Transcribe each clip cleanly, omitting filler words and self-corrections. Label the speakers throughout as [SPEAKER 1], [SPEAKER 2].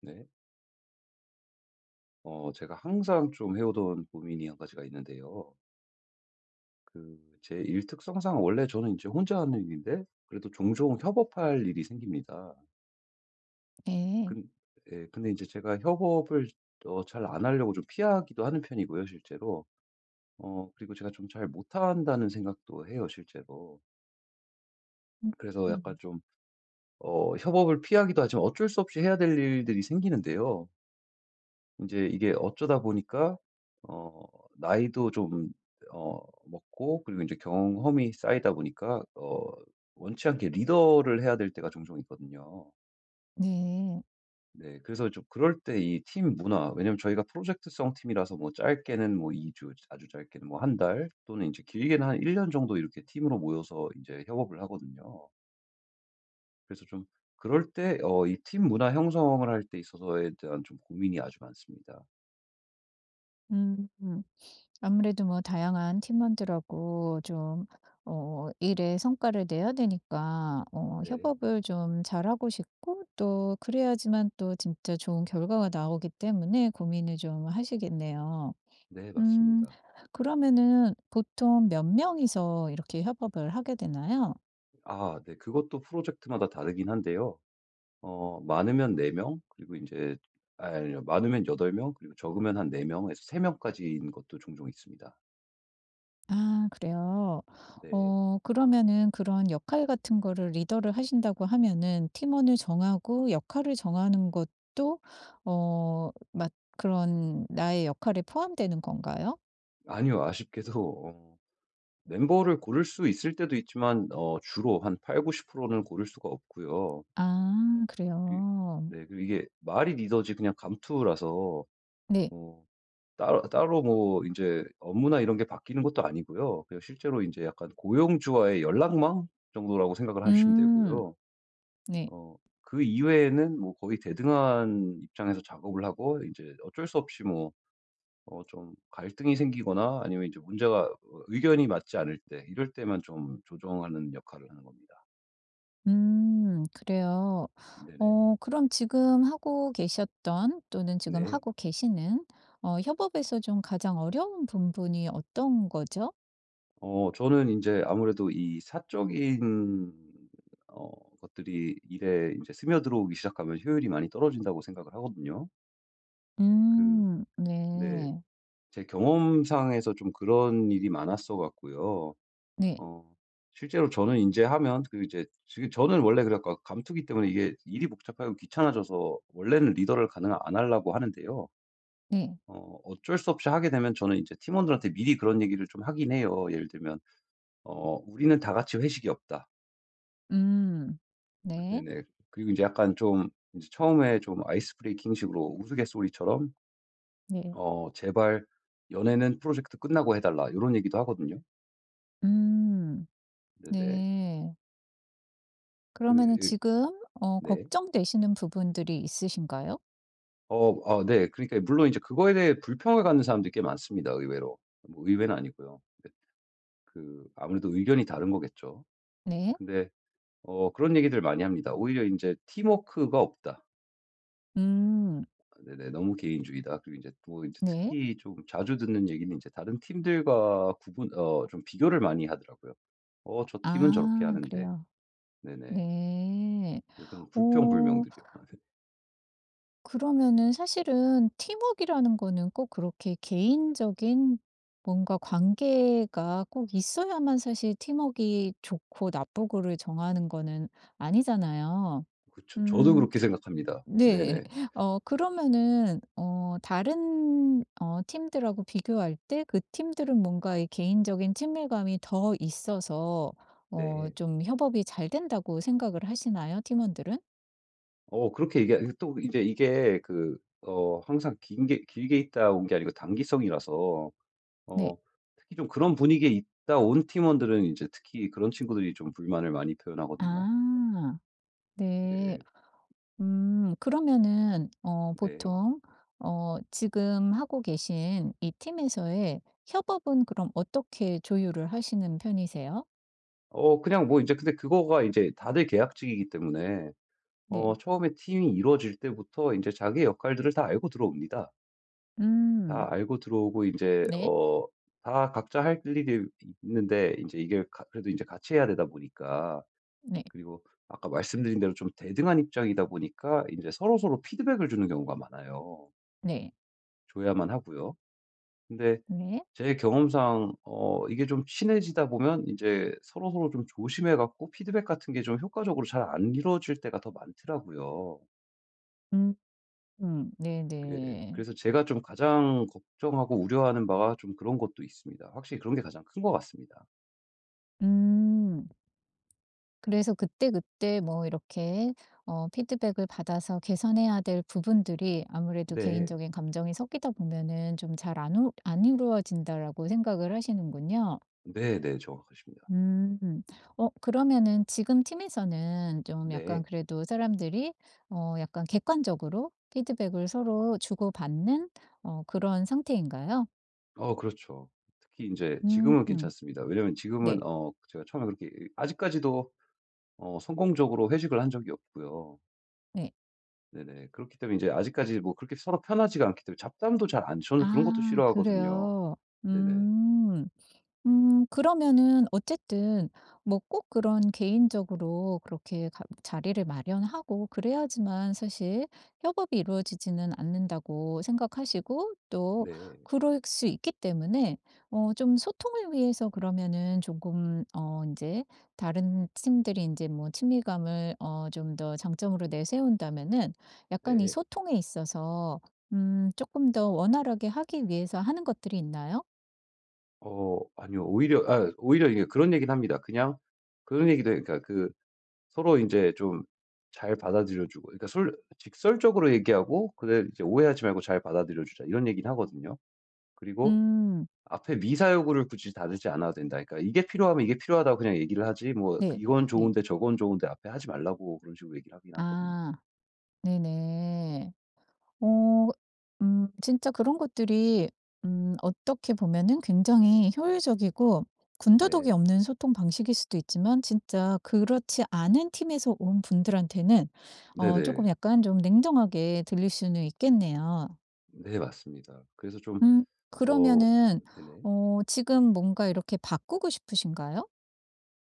[SPEAKER 1] 네. 제가 항상 좀 해오던 고민이 한 가지가 있는데요. 제 일 특성상 원래 저는 이제 혼자 하는 일인데, 그래도 종종 협업할 일이 생깁니다.
[SPEAKER 2] 네.
[SPEAKER 1] 근, 예, 근데 이제 제가 협업을 잘안 하려고 좀 피하기도 하는 편이고요, 실제로. 그리고 제가 좀 잘 못한다는 생각도 해요, 실제로. 그래서 약간 좀, 협업을 피하기도 하지만 어쩔 수 없이 해야 될 일들이 생기는데요. 이제 이게 어쩌다 보니까 어 나이도 좀 어 먹고, 그리고 이제 경험이 쌓이다 보니까 원치 않게 리더를 해야 될 때가 종종 있거든요.
[SPEAKER 2] 네.
[SPEAKER 1] 네. 그래서 좀 그럴 때 이 팀 문화, 왜냐면 저희가 프로젝트성 팀이라서 뭐 짧게는 뭐 2 주, 아주 짧게는 뭐 한 달, 또는 이제 길게는 한 1 년 정도 이렇게 팀으로 모여서 이제 협업을 하거든요. 그래서 좀 그럴 때 이 팀 문화 형성을 할 때 있어서에 대한 좀 고민이 아주 많습니다.
[SPEAKER 2] 음. 음. 아무래도 뭐 다양한 팀원들하고 좀 일에 성과를 내야 되니까
[SPEAKER 1] 네.
[SPEAKER 2] 협업을 좀 잘하고 싶고 또 그래야지만 또 진짜 좋은 결과가 나오기 때문에 고민을 좀 하시겠네요.
[SPEAKER 1] 네,
[SPEAKER 2] 음.
[SPEAKER 1] 맞습니다.
[SPEAKER 2] 그러면은 보통 몇 명이서 이렇게 협업을 하게 되나요?
[SPEAKER 1] 아, 네. 그것도 프로젝트마다 다르긴 한데요. 많으면 네 명, 그리고 이제 아니요, 많으면 8 명, 그리고 적으면 한 4 명에서 3 명까지인 것도 종종 있습니다.
[SPEAKER 2] 아 그래요?
[SPEAKER 1] 네.
[SPEAKER 2] 그러면은 그런 역할 같은 거를 리더를 하신다고 하면은 팀원을 정하고 역할을 정하는 것도 막 그런 나의 역할에 포함되는 건가요?
[SPEAKER 1] 아니요. 아쉽게도 어 멤버를 고를 수 있을 때도 있지만 주로 한 80-90%는 고를 수가 없고요.
[SPEAKER 2] 아
[SPEAKER 1] 그
[SPEAKER 2] 그래요.
[SPEAKER 1] 네. 그리고 이게 말이 리더지 그냥 감투라서
[SPEAKER 2] 네.
[SPEAKER 1] 어 따로 따로 뭐 이제 업무나 이런 게 바뀌는 것도 아니고요. 그냥 실제로 이제 약간 고용주와의 연락망 정도라고 생각을 하시면
[SPEAKER 2] 음.
[SPEAKER 1] 되고요.
[SPEAKER 2] 네.
[SPEAKER 1] 어 그 이외에는 뭐 거의 대등한 입장에서 작업을 하고, 이제 어쩔 수 없이 뭐 좀 갈등이 생기거나 아니면 이제 문제가, 의견이 맞지 않을 때, 이럴 때만 좀 조정하는 역할을 하는 겁니다.
[SPEAKER 2] 그래요.
[SPEAKER 1] 네네.
[SPEAKER 2] 그럼 지금 하고 계셨던 또는 지금
[SPEAKER 1] 네.
[SPEAKER 2] 하고 계시는 협업에서 좀 가장 어려운 부분이 어떤 거죠?
[SPEAKER 1] 저는 이제 아무래도 이 사적인 어 것들이 일에 이제 스며들어오기 시작하면 효율이 많이 떨어진다고 생각을 하거든요. 그
[SPEAKER 2] 음.
[SPEAKER 1] 네.
[SPEAKER 2] 네.
[SPEAKER 1] 제 경험상에서 좀 그런 일이 많았어 갖고요.
[SPEAKER 2] 네.
[SPEAKER 1] 어 실제로 저는 이제 하면 그 이제, 지금 저는 원래 그래 갖고 감투기 때문에 이게 일이 복잡하고 귀찮아져서 원래는 리더를 가능 안 하려고 하는데요.
[SPEAKER 2] 네.
[SPEAKER 1] 어쩔 수 없이 하게 되면 저는 이제 팀원들한테 미리 그런 얘기를 좀 하긴 해요. 예를 들면 "우리는 다 같이 회식이 없다."
[SPEAKER 2] 음. 네.
[SPEAKER 1] 네네. 그리고 이제 약간 좀 이제 처음에 좀 아이스 브레이킹식으로 우스갯소리처럼
[SPEAKER 2] 네.
[SPEAKER 1] "제발 연애는 프로젝트 끝나고 해 달라." 이런 얘기도 하거든요.
[SPEAKER 2] 음.
[SPEAKER 1] 네네.
[SPEAKER 2] 네.
[SPEAKER 1] 그
[SPEAKER 2] 그러면은
[SPEAKER 1] 으,
[SPEAKER 2] 지금
[SPEAKER 1] 네.
[SPEAKER 2] 걱정되시는 부분들이 있으신가요?
[SPEAKER 1] 아, 네. 그러니까 물론 이제 그거에 대해 불평을 갖는 사람들이 꽤 많습니다, 의외로. 뭐 의외는 아니고요. 네. 아무래도 의견이 다른 거겠죠.
[SPEAKER 2] 네.
[SPEAKER 1] 근데 그런 얘기들 많이 합니다. 오히려 이제 "팀워크가 없다."
[SPEAKER 2] 음.
[SPEAKER 1] 네네. 너무 개인주의다. 그리고 이제 또 이제
[SPEAKER 2] 네.
[SPEAKER 1] 특히 좀 자주 듣는 얘기는 이제 다른 팀들과 구분, 좀 비교를 많이 하더라고요. 저 팀은 저렇게
[SPEAKER 2] 아
[SPEAKER 1] 하는데."
[SPEAKER 2] 그래요.
[SPEAKER 1] 네네.
[SPEAKER 2] 네.
[SPEAKER 1] 네, 그런
[SPEAKER 2] 오,
[SPEAKER 1] 불평불명들이요.
[SPEAKER 2] 그러면은 사실은 팀워크라는 거는 꼭 그렇게 개인적인 뭔가 관계가 꼭 있어야만 사실 팀워크가 좋고 나쁘고를 정하는 거는 아니잖아요.
[SPEAKER 1] 그쵸. 저도
[SPEAKER 2] 음.
[SPEAKER 1] 그렇게 생각합니다.
[SPEAKER 2] 네.
[SPEAKER 1] 네네.
[SPEAKER 2] 그러면은 다른 팀들하고 비교할 때 그 팀들은 뭔가 이 개인적인 친밀감이 더 있어서
[SPEAKER 1] 네.
[SPEAKER 2] 좀 협업이 잘 된다고 생각을 하시나요? 팀원들은?
[SPEAKER 1] 그렇게 얘기 이게 또 이제 이게 항상 긴게 길게 있다 온 게 아니고 단기성이라서,
[SPEAKER 2] 네.
[SPEAKER 1] 어 특히 좀 그런 분위기에 있다 온 팀원들은 이제 특히 그런 친구들이 좀 불만을 많이 표현하거든요.
[SPEAKER 2] 아. 네.
[SPEAKER 1] 네.
[SPEAKER 2] 그러면은
[SPEAKER 1] 네.
[SPEAKER 2] 보통 지금 하고 계신 이 팀에서의 협업은 그럼 어떻게 조율을 하시는 편이세요?
[SPEAKER 1] 그냥 뭐 이제 근데, 그거가 이제 다들 계약직이기 때문에
[SPEAKER 2] 네.
[SPEAKER 1] 처음에 팀이 이루어질 때부터 이제 자기 역할들을 다 알고 들어옵니다. 다
[SPEAKER 2] 음.
[SPEAKER 1] 알고 들어오고 이제
[SPEAKER 2] 네.
[SPEAKER 1] 다 각자 할 일이 있는데, 이제 이게 가 그래도 이제 같이 해야 되다 보니까,
[SPEAKER 2] 네.
[SPEAKER 1] 그리고 아까 말씀드린 대로 좀 대등한 입장이다 보니까 이제 서로서로 피드백을 주는 경우가 많아요.
[SPEAKER 2] 네.
[SPEAKER 1] 줘야만 하고요. 근데
[SPEAKER 2] 네.
[SPEAKER 1] 제 경험상 이게 좀 친해지다 보면 인제 서로서로 좀 조심해 갖고 피드백 같은 게 좀 효과적으로 잘 안 이루어질 때가 더 많더라고요.
[SPEAKER 2] 음
[SPEAKER 1] 예.
[SPEAKER 2] 네네.
[SPEAKER 1] 그래서 제가 좀 가장 걱정하고 우려하는 바가 좀 그런 것도 있습니다. 확실히 그런 게 가장 큰 것 같습니다.
[SPEAKER 2] 음. 그래서 그때그때 뭐 이렇게 피드백을 받아서 개선해야 될 부분들이 아무래도
[SPEAKER 1] 네.
[SPEAKER 2] 개인적인 감정이 섞이다 보면은 좀 잘 안 이루어진다라고 생각을 하시는군요.
[SPEAKER 1] 네네. 정확하십니다.
[SPEAKER 2] 음. 그러면은 지금 팀에서는 좀 약간
[SPEAKER 1] 네.
[SPEAKER 2] 그래도 사람들이 약간 객관적으로 피드백을 서로 주고받는 그런 상태인가요?
[SPEAKER 1] 그렇죠. 특히 인제
[SPEAKER 2] 음.
[SPEAKER 1] 지금은 괜찮습니다. 왜냐면 지금은
[SPEAKER 2] 네.
[SPEAKER 1] 제가 처음에 그렇게 아직까지도 성공적으로 회식을 한 적이 없고요.
[SPEAKER 2] 네.
[SPEAKER 1] 네네. 그렇기 때문에 이제 아직까지 뭐 그렇게 서로 편하지가 않기 때문에 잡담도 잘 안 저는 그런 것도
[SPEAKER 2] 아
[SPEAKER 1] 싫어하거든요.
[SPEAKER 2] 그래요?
[SPEAKER 1] 네네.
[SPEAKER 2] 음. 그러면은 어쨌든 뭐 꼭 그런 개인적으로 그렇게 가 자리를 마련하고 그래야지만 사실 협업이 이루어지지는 않는다고 생각하시고 또
[SPEAKER 1] 네.
[SPEAKER 2] 그럴 수 있기 때문에 좀 소통을 위해서 그러면은 조금 이제 다른 팀들이 이제 뭐 친밀감을 좀 더 장점으로 내세운다면은 약간 이
[SPEAKER 1] 네.
[SPEAKER 2] 소통에 있어서 조금 더 원활하게 하기 위해서 하는 것들이 있나요?
[SPEAKER 1] 아니요. 오히려 이게 그런 얘기는 합니다. 그냥 그런 얘기도 해요. 그러니까 서로 이제 좀 잘 받아들여 주고, 그러니까 솔 직설적으로 얘기하고, 그래 이제 "오해하지 말고 잘 받아들여 주자." 이런 얘기는 하거든요. 그리고
[SPEAKER 2] 음.
[SPEAKER 1] 앞에 미사 여구를 굳이 다르지 않아도 된다. 그러니까 "이게 필요하면 이게 필요하다고 그냥 얘기를 하지, 뭐
[SPEAKER 2] 네.
[SPEAKER 1] 이건
[SPEAKER 2] 네.
[SPEAKER 1] 좋은데, 저건 좋은데, 앞에 하지 말라."고, 그런 식으로 얘기를 하긴 하거든요.
[SPEAKER 2] 아 네네. 어 진짜 그런 것들이 어떻게 보면은 굉장히 효율적이고 군더더기
[SPEAKER 1] 네.
[SPEAKER 2] 없는 소통 방식일 수도 있지만 진짜 그렇지 않은 팀에서 온 분들한테는 쪼끔
[SPEAKER 1] 네네.
[SPEAKER 2] 약간 좀 냉정하게 들릴 수는 있겠네요.
[SPEAKER 1] 네, 맞습니다. 그래서 좀
[SPEAKER 2] 음
[SPEAKER 1] 어
[SPEAKER 2] 그러면은
[SPEAKER 1] 네네.
[SPEAKER 2] 지금 뭔가 이렇게 바꾸고 싶으신가요?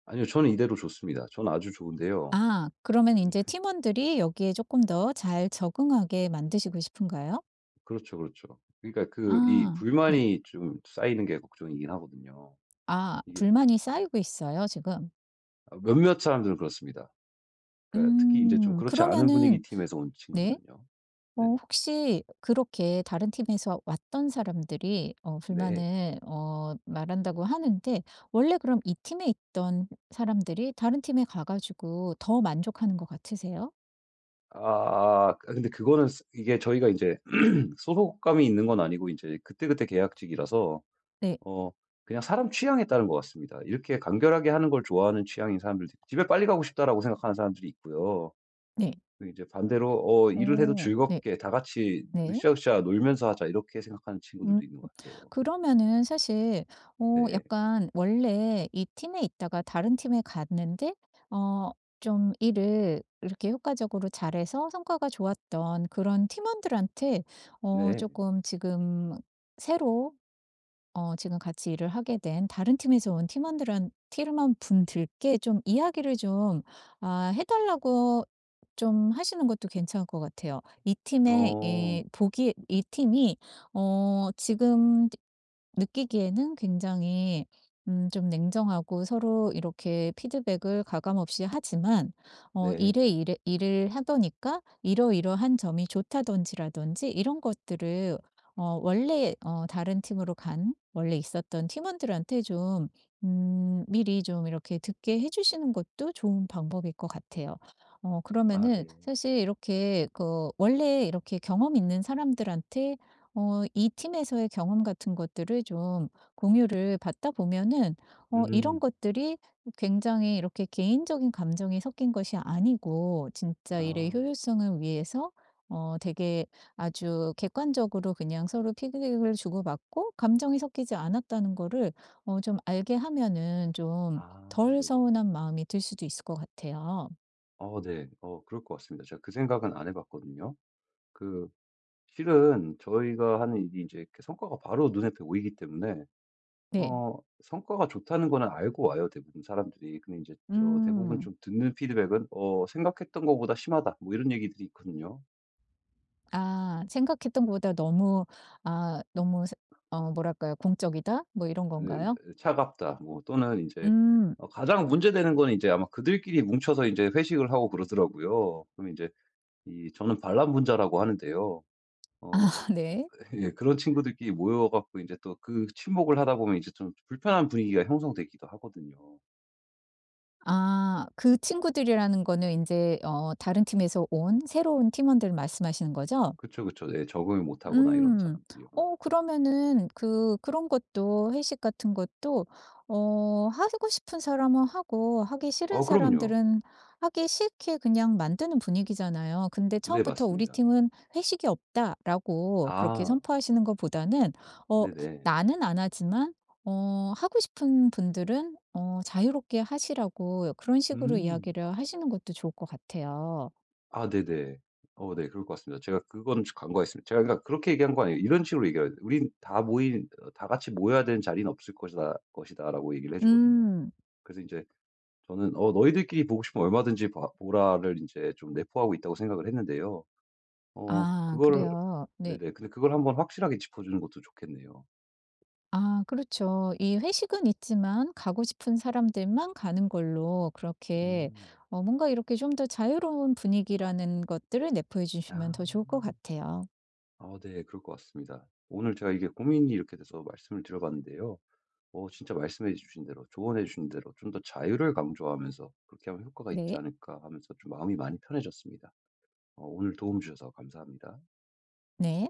[SPEAKER 1] 아니요. 저는 이대로 좋습니다. 저는 아주 좋은데요.
[SPEAKER 2] 아 그러면 인제 팀원들이 여기에 쪼끔 더 잘 적응하게 만드시고 싶은가요?
[SPEAKER 1] 그렇죠, 그렇죠. 그러니까 이
[SPEAKER 2] 아 네.
[SPEAKER 1] 불만이 좀 쌓이는 게 걱정이긴 하거든요.
[SPEAKER 2] 아
[SPEAKER 1] 이게
[SPEAKER 2] 불만이 쌓이고 있어요 지금?
[SPEAKER 1] 아, 몇몇 사람들은 그렇습니다. 그러니까 특히 이제 좀 그렇지 않은
[SPEAKER 2] 그러면은
[SPEAKER 1] 분위기 팀에서 온
[SPEAKER 2] 네.
[SPEAKER 1] 친구들은요. 네네.
[SPEAKER 2] 혹시 그렇게 다른 팀에서 왔던 사람들이
[SPEAKER 1] 네.
[SPEAKER 2] 불만을 말한다고 하는데 원래 그럼 이 팀에 있던 사람들이 다른 팀에 가 가지고 더 만족하는 것 같으세요?
[SPEAKER 1] 아 아, 근데 그거는 이게 저희가 이제 소속감이 있는 건 아니고 이제 그때그때 계약직이라서
[SPEAKER 2] 네.
[SPEAKER 1] 어 그냥 사람 취향에 따른 것 같습니다. 이렇게 간결하게 하는 걸 좋아하는 취향인 사람들도 있고, 집에 빨리 가고 싶다라고 생각하는 사람들이 있고요.
[SPEAKER 2] 네. 네.
[SPEAKER 1] 그리고 이제 반대로 일을 해도
[SPEAKER 2] 어 네.
[SPEAKER 1] 즐겁게 다 같이
[SPEAKER 2] 네.
[SPEAKER 1] 으쌰으쌰 놀면서 하자, 이렇게 생각하는
[SPEAKER 2] 음.
[SPEAKER 1] 친구들도 있는 것 같아요.
[SPEAKER 2] 그러면은 사실
[SPEAKER 1] 네.
[SPEAKER 2] 약간 원래 이 팀에 있다가 다른 팀에 갔는데 어 좀 일을 이렇게 효과적으로 잘해서 성과가 좋았던 그런 팀원들한테
[SPEAKER 1] 네.
[SPEAKER 2] 조금 지금 새로 지금 같이 일을 하게 된 다른 팀에서 온 팀원들한 팀원분들께 좀 이야기를 좀 해 달라고 좀 하시는 것도 괜찮을 것 같아요. 이 팀의 이
[SPEAKER 1] 어
[SPEAKER 2] 보기 이 팀이 지금 느끼기에는 굉장히 좀 냉정하고 서로 이렇게 피드백을 가감 없이 하지만
[SPEAKER 1] 네.
[SPEAKER 2] 일에 일 일을 하더니까 이러이러한 점이 좋다든지라든지 이런 것들을 원래 다른 팀으로 간 원래 있었던 팀원들한테 좀 미리 좀 이렇게 듣게 해 주시는 것도 좋은 방법일 것 같아요.
[SPEAKER 1] 아,
[SPEAKER 2] 그러면은
[SPEAKER 1] 네.
[SPEAKER 2] 사실 이렇게 그 원래 이렇게 경험 있는 사람들한테 이 팀에서의 경험 같은 것들을 좀 공유를 받다 보면은 이런
[SPEAKER 1] 음.
[SPEAKER 2] 것들이 굉장히 이렇게 개인적인 감정이 섞인 것이 아니고 진짜 일의
[SPEAKER 1] 아.
[SPEAKER 2] 효율성을 위해서 되게 아주 객관적으로 그냥 서로 피드백을 주고받고 감정이 섞이지 않았다는 거를 좀 알게 하면은 좀
[SPEAKER 1] 아,
[SPEAKER 2] 덜
[SPEAKER 1] 네네.
[SPEAKER 2] 서운한 마음이 들 수도 있을 것 같아요.
[SPEAKER 1] 네. 그럴 것 같습니다. 제가 그 생각은 안 해 봤거든요. 그 실은 저희가 하는 일이 이제 성과가 바로 눈앞에 보이기 때문에
[SPEAKER 2] 네.
[SPEAKER 1] 어 성과가 좋다는 거는 알고 와요, 대부분 사람들이. 근데 이제 저 대부분
[SPEAKER 2] 음.
[SPEAKER 1] 좀 듣는 피드백은 생각했던 거보다 심하다." 뭐 이런 얘기들이 있거든요.
[SPEAKER 2] 아 생각했던 것보다 너무 너무 세 뭐랄까요? '공적이다.' 뭐 이런
[SPEAKER 1] 네,
[SPEAKER 2] 건가요?
[SPEAKER 1] "차갑다." 뭐, 또는 이제
[SPEAKER 2] 음.
[SPEAKER 1] 가장 문제되는 거는, 제 아마, 그들끼리 뭉쳐서 이제 회식을 하고 그러더라고요. 그럼 이제 이 저는 반란분자라고 하는데요. 어
[SPEAKER 2] 네.
[SPEAKER 1] 예, 그런 친구들끼리 모여 갖고 이제 또 그 친목을 하다 보면 이제 좀 불편한 분위기가 형성되기도 하거든요.
[SPEAKER 2] 아 그 친구들이라는 거는 이제 다른 팀에서 온 새로운 팀원들 말씀하시는 거죠?
[SPEAKER 1] 그쵸, 그쵸. 네, 적응을 못 하거나 이런
[SPEAKER 2] 음.
[SPEAKER 1] 사람들이요.
[SPEAKER 2] 그러면은 그런 것도 회식 같은 것도 하고 싶은 사람은 하고 하기 싫은
[SPEAKER 1] 그럼요.
[SPEAKER 2] 사람들은 하기 싫게 그냥 만드는 분위기잖아요. 근데
[SPEAKER 1] 네,
[SPEAKER 2] 처음부터 "우리
[SPEAKER 1] 맞습니다.
[SPEAKER 2] 팀은 회식이 없다."라고 그렇게
[SPEAKER 1] 아,
[SPEAKER 2] 선포하시는 것보다는 어
[SPEAKER 1] 네네.
[SPEAKER 2] 나는 안 하지만 하고 싶은 분들은 자유롭게 하시라고 그런 식으로
[SPEAKER 1] 음.
[SPEAKER 2] 이야기를 하시는 것도 좋을 것 같아요.
[SPEAKER 1] 아, 네네. 네, 그럴 것 같습니다. 제가 그건 간과했습니다. 제가 그러니까 그렇게 얘기한 거 아니에요. 이런 식으로 얘기해요. "우린 다 모인 다 같이 모여야 되는 자리는 없을 것이다."라고 얘기를 해 주거든요.
[SPEAKER 2] 음.
[SPEAKER 1] 그래서 이제 저는 "너희들끼리 보고 싶으면 얼마든지 봐 보라."를 이제 좀 내포하고 있다고 생각을 했는데요. 어 그
[SPEAKER 2] 아
[SPEAKER 1] 걸
[SPEAKER 2] 그래요? 네.
[SPEAKER 1] 네네. 근데 그걸 한번 확실하게 짚어 주는 것도 좋겠네요.
[SPEAKER 2] 아 그렇죠. 이 회식은 있지만 가고 싶은 사람들만 가는 걸로 그렇게
[SPEAKER 1] 음.
[SPEAKER 2] 뭔가 이렇게 좀 더 자유로운 분위기라는 것들을 내포해 주시면
[SPEAKER 1] 아.
[SPEAKER 2] 더 좋을 것 같아요.
[SPEAKER 1] 아, 네. 그럴 것 같습니다. 오늘 제가 이게 고민이 이렇게 돼서 말씀을 드려봤는데요. 진짜 말씀해 주신 대로, 조언해 주신 대로 좀 더 자유를 강조하면서 '그렇게 하면 효과가 있지
[SPEAKER 2] 네.
[SPEAKER 1] 않을까.' 하면서 좀 마음이 많이 편해졌습니다. 오늘 도움 주셔서 감사합니다.
[SPEAKER 2] 네.